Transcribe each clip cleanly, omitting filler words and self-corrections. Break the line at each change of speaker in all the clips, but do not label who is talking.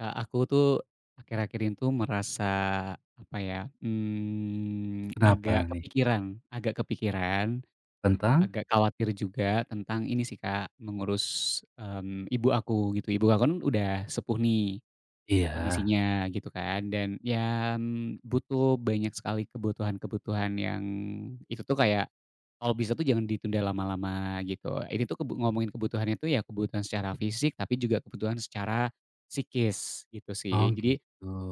Aku tuh akhir-akhir ini tuh merasa apa ya,
Kenapa
agak
nih?
kepikiran
Tentang?
agak khawatir juga tentang ini sih Kak, mengurus, ibu aku gitu. Ibu aku kan udah sepuh nih
Iya.
kondisinya gitu kan dan ya, butuh banyak sekali kebutuhan-kebutuhan yang itu tuh kayak kalau bisa tuh jangan ditunda lama-lama gitu. Ini tuh ngomongin kebutuhannya tuh ya kebutuhan secara fisik tapi juga kebutuhan secara psikis gitu
Oh
sih.
gitu.
Jadi.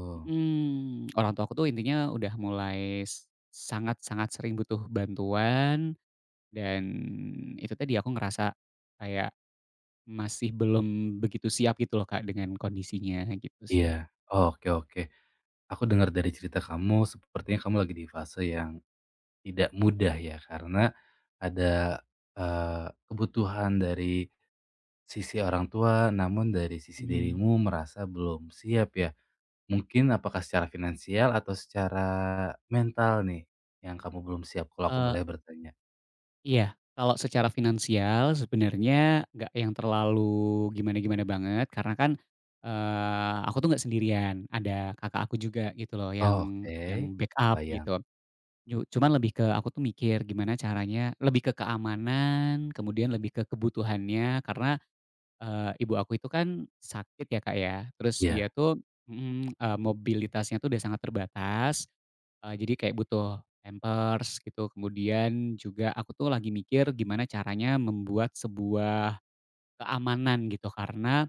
Mhm. Orang tua aku tuh intinya udah mulai sangat-sangat sering butuh bantuan dan itu tadi aku ngerasa kayak masih belum begitu siap gitu loh Kak dengan kondisinya gitu sih.
Iya. Oke oke. Aku dengar dari cerita kamu sepertinya kamu lagi di fase yang tidak mudah ya karena ada, kebutuhan dari sisi orang tua namun dari sisi
Mhm.
dirimu merasa belum siap ya. Mungkin apakah secara finansial atau secara mental nih yang kamu belum siap kalau aku
Eee,
boleh bertanya?
iya, kalau secara finansial sebenarnya nggak yang terlalu gimana-gimana banget karena kan, aku tuh nggak sendirian, ada kakak aku juga gitu loh
Oh
yang
oke,
yang backup
kebayang.
gitu. Cuman lebih ke aku tuh mikir gimana caranya lebih ke keamanan, kemudian lebih ke kebutuhannya karena, ibu aku itu kan sakit ya, Kak, ya. Terus dia
Iya
tuh mhm, mobilitasnya tuh udah sangat terbatas, jadi kayak butuh pampers gitu. Kemudian juga aku tuh lagi mikir gimana caranya membuat sebuah keamanan gitu karena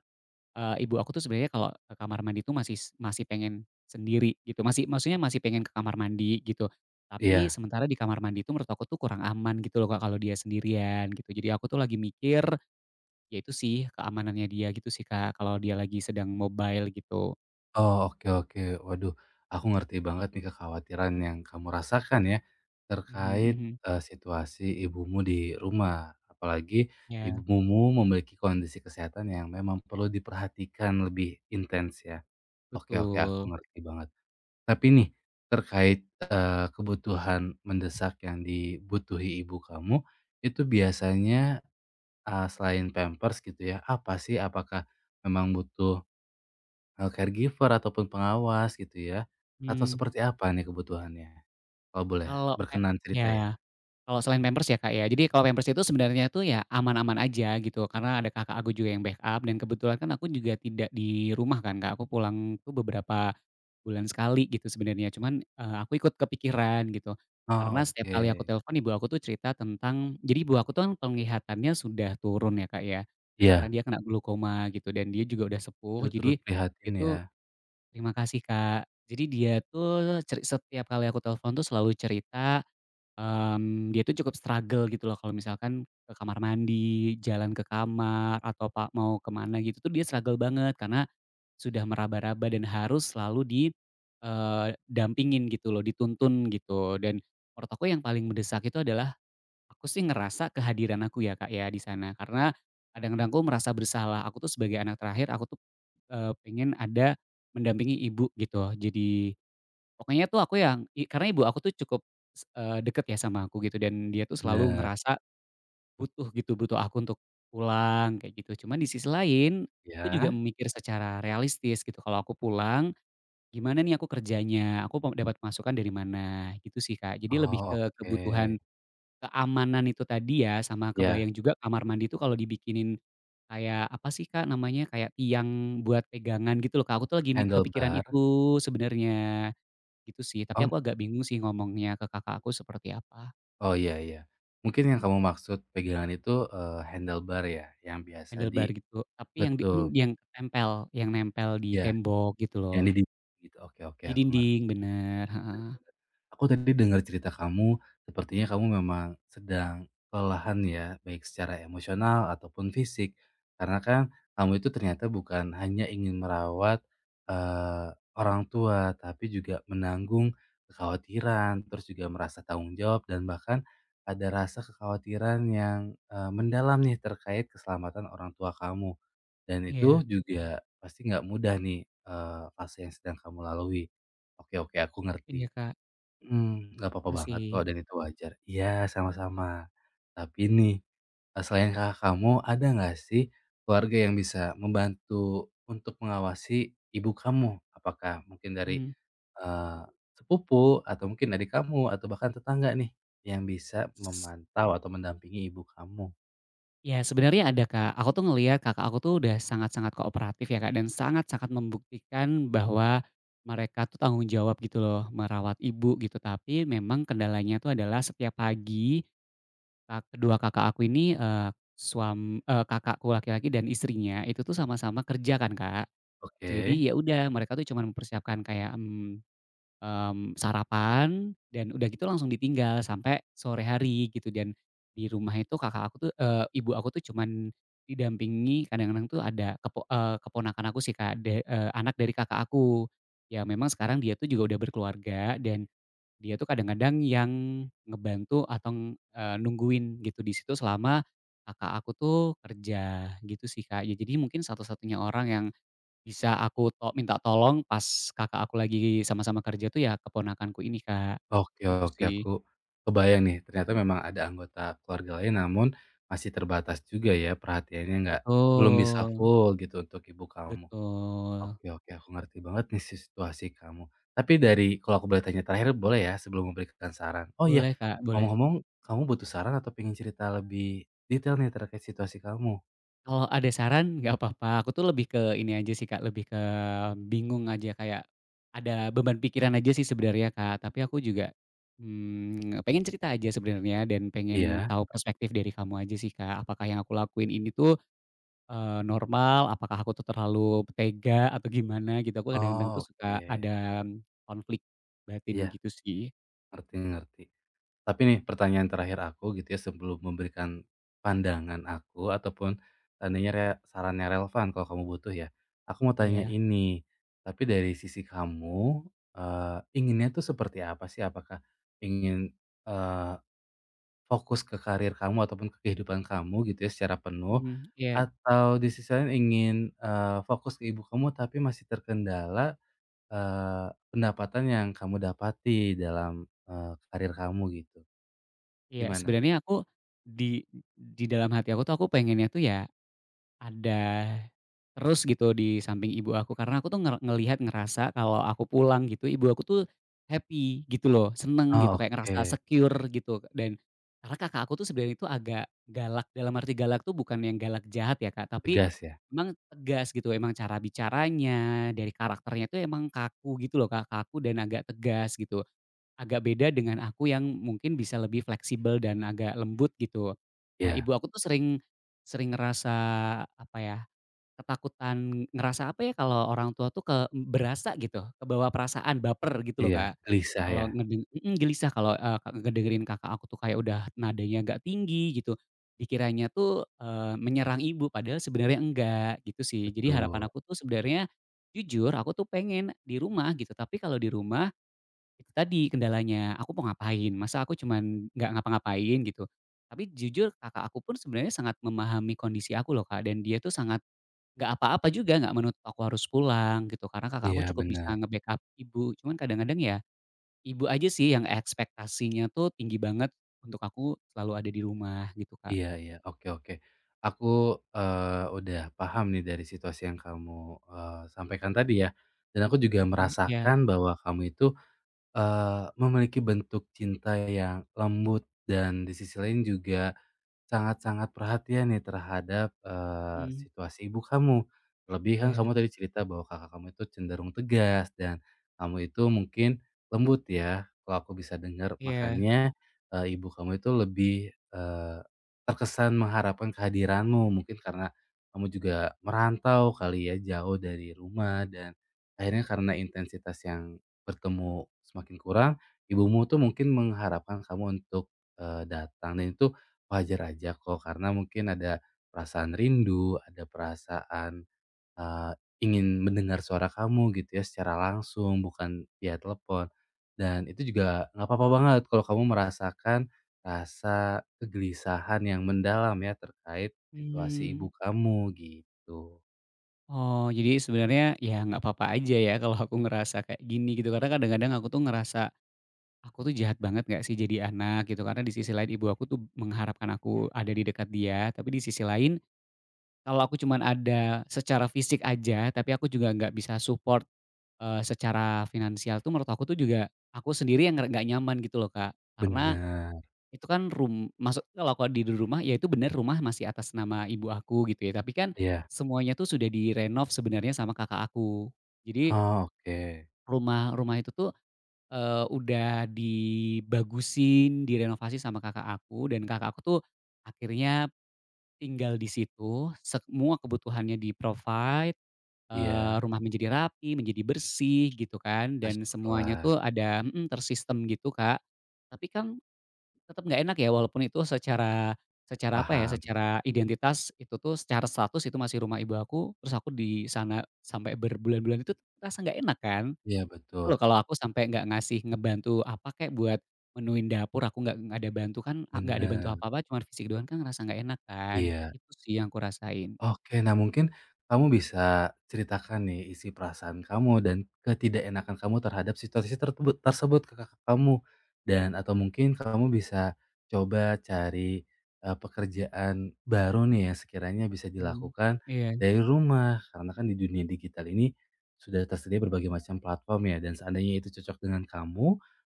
Ibu aku tuh sebenarnya kalau ke kamar mandi tuh masih pengen sendiri gitu, masih maksudnya masih pengen ke kamar mandi gitu. Tapi
iya.
sementara di kamar mandi itu menurut aku tuh kurang aman gitu loh Kak, kalau dia sendirian gitu. Jadi aku tuh lagi mikir, ya itu sih keamanannya dia gitu sih Kak, kalau dia lagi sedang mobile gitu.
Oh, oke oke. Waduh, aku ngerti banget nih kekhawatiran yang kamu rasakan ya,
Mhm,
terkait,
mhm.
situasi ibumu di rumah. Apalagi
Iya,
ibumu memiliki kondisi kesehatan yang memang perlu diperhatikan lebih intens ya. Oke oke,
betul.
aku ngerti banget. Tapi nih, terkait, kebutuhan mendesak yang dibutuhi ibu kamu, itu biasanya, selain Pampers gitu ya, apa sih? Apakah memang butuh caregiver ataupun pengawas gitu ya? Atau
Hmm.
seperti apa nih kebutuhannya? Kalau boleh
kalau e
berkenan cerita ya?
Iya. Kalau selain Pampers ya, Kak, ya. Jadi kalau Pampers itu sebenarnya tuh ya aman-aman aja gitu, karena ada kakak aku juga yang backup dan kebetulan kan aku juga tidak di rumah kan, Kak, aku pulang tuh beberapa bulan sekali gitu sebenarnya. Cuman, aku ikut kepikiran gitu,
Oh
karena setiap
oke.
kali aku telepon ibu aku tuh cerita tentang jadi ibu aku tuh kan penglihatannya sudah turun ya, Kak, ya, karena
Iya.
dia kena glaukoma gitu dan dia juga udah sepuh.
Aduh, turut
Jadi dia
prihatin ya.
tuh Terima kasih, Kak. Jadi dia tuh setiap kali aku telepon tuh selalu cerita dia tuh cukup struggle gitu loh kalau misalkan ke kamar mandi, jalan ke kamar, atau mau kemana gitu tuh dia struggle banget karena sudah meraba-raba dan harus selalu di, dampingin gitu loh, dituntun gitu. Dan menurut aku yang paling mendesak itu adalah aku sih ngerasa kehadiran aku ya, Kak, ya di sana karena kadang-kadang aku merasa bersalah. Aku tuh sebagai anak terakhir aku tuh, pengen ada mendampingi ibu gitu. Jadi pokoknya tuh aku yang i karena ibu aku tuh cukup deket ya sama aku gitu dan dia tuh selalu
Bener.
ngerasa butuh gitu, butuh aku untuk pulang kayak gitu. Cuman di sisi lain, aku juga
Ya.
memikir secara realistis gitu, kalau aku pulang, gimana nih aku kerjanya, aku mau dapat masukan dari mana, gitu sih, Kak. Jadi lebih
Oh
ke
oke.
kebutuhan keamanan itu tadi ya, sama
Ya,
kebayang juga kamar mandi tuh kalau dibikinin kayak apa sih, Kak, namanya, kayak tiang buat pegangan gitu loh, Kak, aku tuh lagi kepikiran
handlebar.
itu sebenarnya. Gitu sih, tapi aku
Om,
agak bingung sih ngomongnya ke kakak aku seperti apa,
oh iya iya. Mungkin yang kamu maksud pegangan itu, handlebar ya? Yang biasa
handlebar
di
gitu, tapi yang di
betul.
yang nempel di
Ya,
tembok gitu
yang
loh,
di gitu. Oke oke,
di
aku ngerti.
dinding, bener, heeh.
Aku tadi dengar cerita kamu, sepertinya kamu memang sedang kelelahan ya, baik secara emosional ataupun fisik. Karena kan kamu itu ternyata bukan hanya ingin merawat eh, orang tua, tapi juga menanggung kekhawatiran, terus juga merasa tanggung jawab dan bahkan ada rasa kekhawatiran yang mendalam nih terkait keselamatan orang tua kamu. Dan
Iya,
itu juga pasti nggak mudah nih, fase yang sedang kamu lalui. Oke oke, aku
iya
ngerti.
Kak,
Nggak apa-apa banget
kasih.
kok dan itu wajar. Iya, sama-sama. Tapi nih, selain kakak kamu, ada nggak sih keluarga yang bisa membantu untuk mengawasi ibu kamu? Apakah mungkin dari,
Mhm.
eee, sepupu atau mungkin adik kamu atau bahkan tetangga nih yang bisa memantau atau mendampingi ibu kamu?
Ya sebenarnya ada Kak, aku tuh ngelihat kakak aku tuh udah sangat-sangat kooperatif ya Kak, dan sangat-sangat membuktikan bahwa mereka tuh tanggung jawab gitu loh merawat ibu gitu, tapi memang kendalanya tuh adalah setiap pagi Kak kedua kakak aku ini, kakakku laki-laki dan istrinya itu tuh sama-sama kerja kan, Kak.
Oke.
Jadi ya udah mereka tuh cuma mempersiapkan kayak, sarapan dan udah gitu langsung ditinggal sampai sore hari gitu dan di rumah itu kakak aku tuh ibu aku tuh cuman didampingi kadang-kadang tuh ada keponakan aku sih, Kak, anak dari kakak aku. Ya memang sekarang dia tuh juga udah berkeluarga dan dia tuh kadang-kadang yang ngebantu atau, nungguin gitu di situ selama kakak aku tuh kerja, gitu sih, Kak. Ya jadi mungkin satu-satunya orang yang bisa aku minta tolong pas kakak aku lagi sama-sama kerja tuh ya keponakanku ini, Kak.
Oke
Gitu
oke,
sih.
aku kebayang nih, ternyata memang ada anggota keluarga lain namun masih terbatas juga ya perhatiannya, nggak belum bisa
Betul,
full gitu untuk ibu kamu.
betul.
Oke oke, aku ngerti banget nih si situasi kamu. Tapi dari kalau aku boleh tanya terakhir boleh ya sebelum memberikan saran? Oh iya,
Boleh, Kak, boleh.
ngomong-ngomong kamu butuh saran atau pengen cerita lebih detail nih terkait situasi kamu?
Kalau ada saran nggak apa-apa, aku tuh lebih ke ini aja sih Kak, lebih ke bingung aja kayak ada beban pikiran aja sih sebenarnya Kak, tapi aku juga, pengen cerita aja sebenarnya dan pengen
Iya?
tahu perspektif dari kamu aja sih Kak, apakah yang aku lakuin ini tuh, normal, apakah aku tuh terlalu tega atau gimana gitu, aku kadang-kadang
Oh,
tuh
oke.
suka ada konflik batin
Iya,
gitu sih.
ngerti ngerti. Tapi nih pertanyaan terakhir aku gitu ya sebelum memberikan pandangan aku ataupun seandainya re sarannya relevan kalau kamu butuh ya. Aku mau tanya
Iya,
ini, tapi dari sisi kamu, inginnya tuh seperti apa sih? Apakah ingin, eee, fokus ke karir kamu ataupun ke kehidupan kamu gitu ya secara penuh,
mhm, iya,
atau di sisi lain ingin, fokus ke ibu kamu tapi masih terkendala, pendapatan yang kamu dapati dalam, karir kamu gitu?
iya,
Gimana?
sebenarnya aku di di dalam hati aku tuh aku pengennya tuh ya ada terus gitu di samping ibu aku karena aku tuh ngelihat ngerasa kalau aku pulang gitu ibu aku tuh happy gitu loh, seneng
Oh,
gitu kayak ngerasa
oke.
secure gitu. Dan karena kakak aku tuh sebenarnya itu agak galak, dalam arti galak tuh bukan yang galak jahat ya Kak, tapi
Tegas ya?
emang tegas gitu, emang cara bicaranya, dari karakternya tuh emang kaku gitu loh Kak, kaku dan agak tegas gitu. Agak beda dengan aku yang mungkin bisa lebih fleksibel dan agak lembut gitu. Nah ibu
Iya
aku tuh sering sering ngerasa apa ya, ketakutan ngerasa apa ya kalau orang tua tuh berasa gitu, kebawa perasaan, baper gitu loh
iya,
Kak.
gelisah
Kalau
ya?
gelisah kalau, ngedengerin kakak aku tuh kayak udah nadanya agak tinggi gitu, dikiranya tuh, menyerang ibu padahal sebenarnya enggak gitu sih. Jadi harapan
Betul.
aku tuh sebenarnya jujur aku tuh pengen di rumah gitu, tapi kalau di rumah itu tadi kendalanya, aku mau ngapain, masa aku cuman nggak ngapa-ngapain gitu. Tapi jujur kakak aku pun sebenarnya sangat memahami kondisi aku loh Kak, dan dia tuh sangat nggak apa-apa juga, nggak menutup aku harus pulang gitu, karena kakak aku
Iya,
cukup bisa
benar.
nge-backup ibu. Cuman kadang-kadang ya, ibu aja sih yang ekspektasinya tuh tinggi banget untuk aku selalu ada di rumah gitu Kak.
Iya iya, oke oke. Aku, udah paham nih dari situasi yang kamu, sampaikan tadi ya, dan aku juga
Mhm, iya,
merasakan bahwa kamu itu, memiliki bentuk cinta yang lembut dan di sisi lain juga sangat-sangat perhatian nih terhadap,
mhm,
situasi ibu kamu. Terlebih kan
iya,
kamu tadi cerita bahwa kakak kamu itu cenderung tegas dan kamu itu mungkin lembut ya, kalau aku bisa dengar.
iya,
Makanya, ibu kamu itu lebih, eee, terkesan mengharapkan kehadiranmu. Mungkin karena kamu juga merantau kali ya, jauh dari rumah dan akhirnya karena intensitas yang bertemu semakin kurang, ibumu tuh mungkin mengharapkan kamu untuk, datang, dan itu wajar aja kok, karena mungkin ada perasaan rindu, ada perasaan, eee, ingin mendengar suara kamu gitu ya secara langsung, bukan via telepon. Dan itu juga nggak apa-apa banget kalau kamu merasakan rasa kegelisahan yang mendalam ya terkait situasi ibu
mmm.
kamu, gitu.
Oh, jadi sebenarnya ya nggak apa-apa aja ya kalau aku ngerasa kayak gini gitu, karena kadang-kadang aku tuh ngerasa aku tuh jahat banget nggak sih jadi anak gitu, karena di sisi lain ibu aku tuh mengharapkan aku ada di dekat dia, tapi di sisi lain kalau aku cuman ada secara fisik aja, tapi aku juga nggak bisa support, secara finansial tuh menurut aku tuh juga aku sendiri yang nggak nyaman gitu loh, Kak. Karena
Bener.
itu kan masuk kalau aku di rumah, ya itu bener rumah masih atas nama ibu aku gitu ya, tapi kan
Ya.
semuanya tuh sudah direnov sebenarnya sama kakak aku. Jadi
Oh, oke.
rumah rumah itu tuh udah dibagusin, direnovasi sama kakak aku dan kakak aku tuh akhirnya tinggal di situ, semua kebutuhannya di-provide, eh,
Iya.
rumah menjadi rapi, menjadi bersih gitu kan,
Ah,
dan semuanya
syukurlah.
tuh ada tersistem gitu, Kak. Tapi kan tetap nggak enak ya walaupun itu secara secara apa ya,
Paham.
secara identitas itu tuh secara status itu masih rumah ibu aku, terus aku di sana sampai berbulan-bulan itu, rasa nggak enak kan?
Iya
Loh,
betul.
kalau aku sampai nggak ngebantu apa kek buat menuin dapur, aku nggak ada bantu kan, nggak ada bantu
Bener.
apa-apa cuman fisik doang kan ngerasa nggak enak kan.
Iya.
Itu sih yang aku rasain.
Oke, nah mungkin kamu bisa ceritakan nih isi perasaan kamu dan ketidakenakan kamu terhadap situasi tertebut tersebut ke kakak kamu dan atau mungkin kamu bisa coba cari, pekerjaan baru nih yang sekiranya bisa
Mmm,
dilakukan
iya.
dari rumah. Karena kan di dunia digital ini sudah tersedia berbagai macam platform ya dan seandainya itu cocok dengan kamu,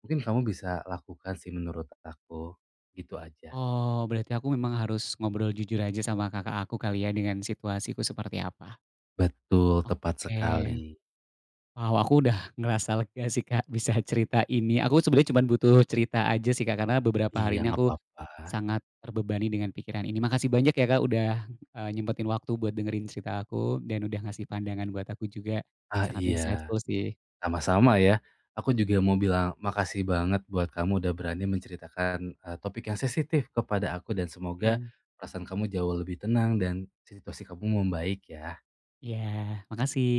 mungkin kamu bisa lakukan sih menurut aku, gitu aja.
Oh, berarti aku memang harus ngobrol jujur aja sama kakak aku kali ya dengan situasiku seperti apa.
Betul, tepat
Oke.
sekali.
Wow, aku udah ngerasa lega sih Kak bisa cerita ini. Aku sebenarnya cuman butuh cerita aja sih Kak, karena beberapa hari
Iya,
ini
nggak
aku
apa-apa.
sangat terbebani dengan pikiran ini. Makasih banyak ya Kak udah, nyempetin waktu buat dengerin cerita aku dan udah ngasih pandangan buat aku juga.
Ah,
Sangat
iya,
insightful sih.
sama-sama ya. Aku juga mau bilang makasih banget buat kamu udah berani menceritakan, topik yang sensitif kepada aku dan semoga
Mhm,
perasaan kamu jauh lebih tenang dan situasi kamu membaik ya.
iya makasih.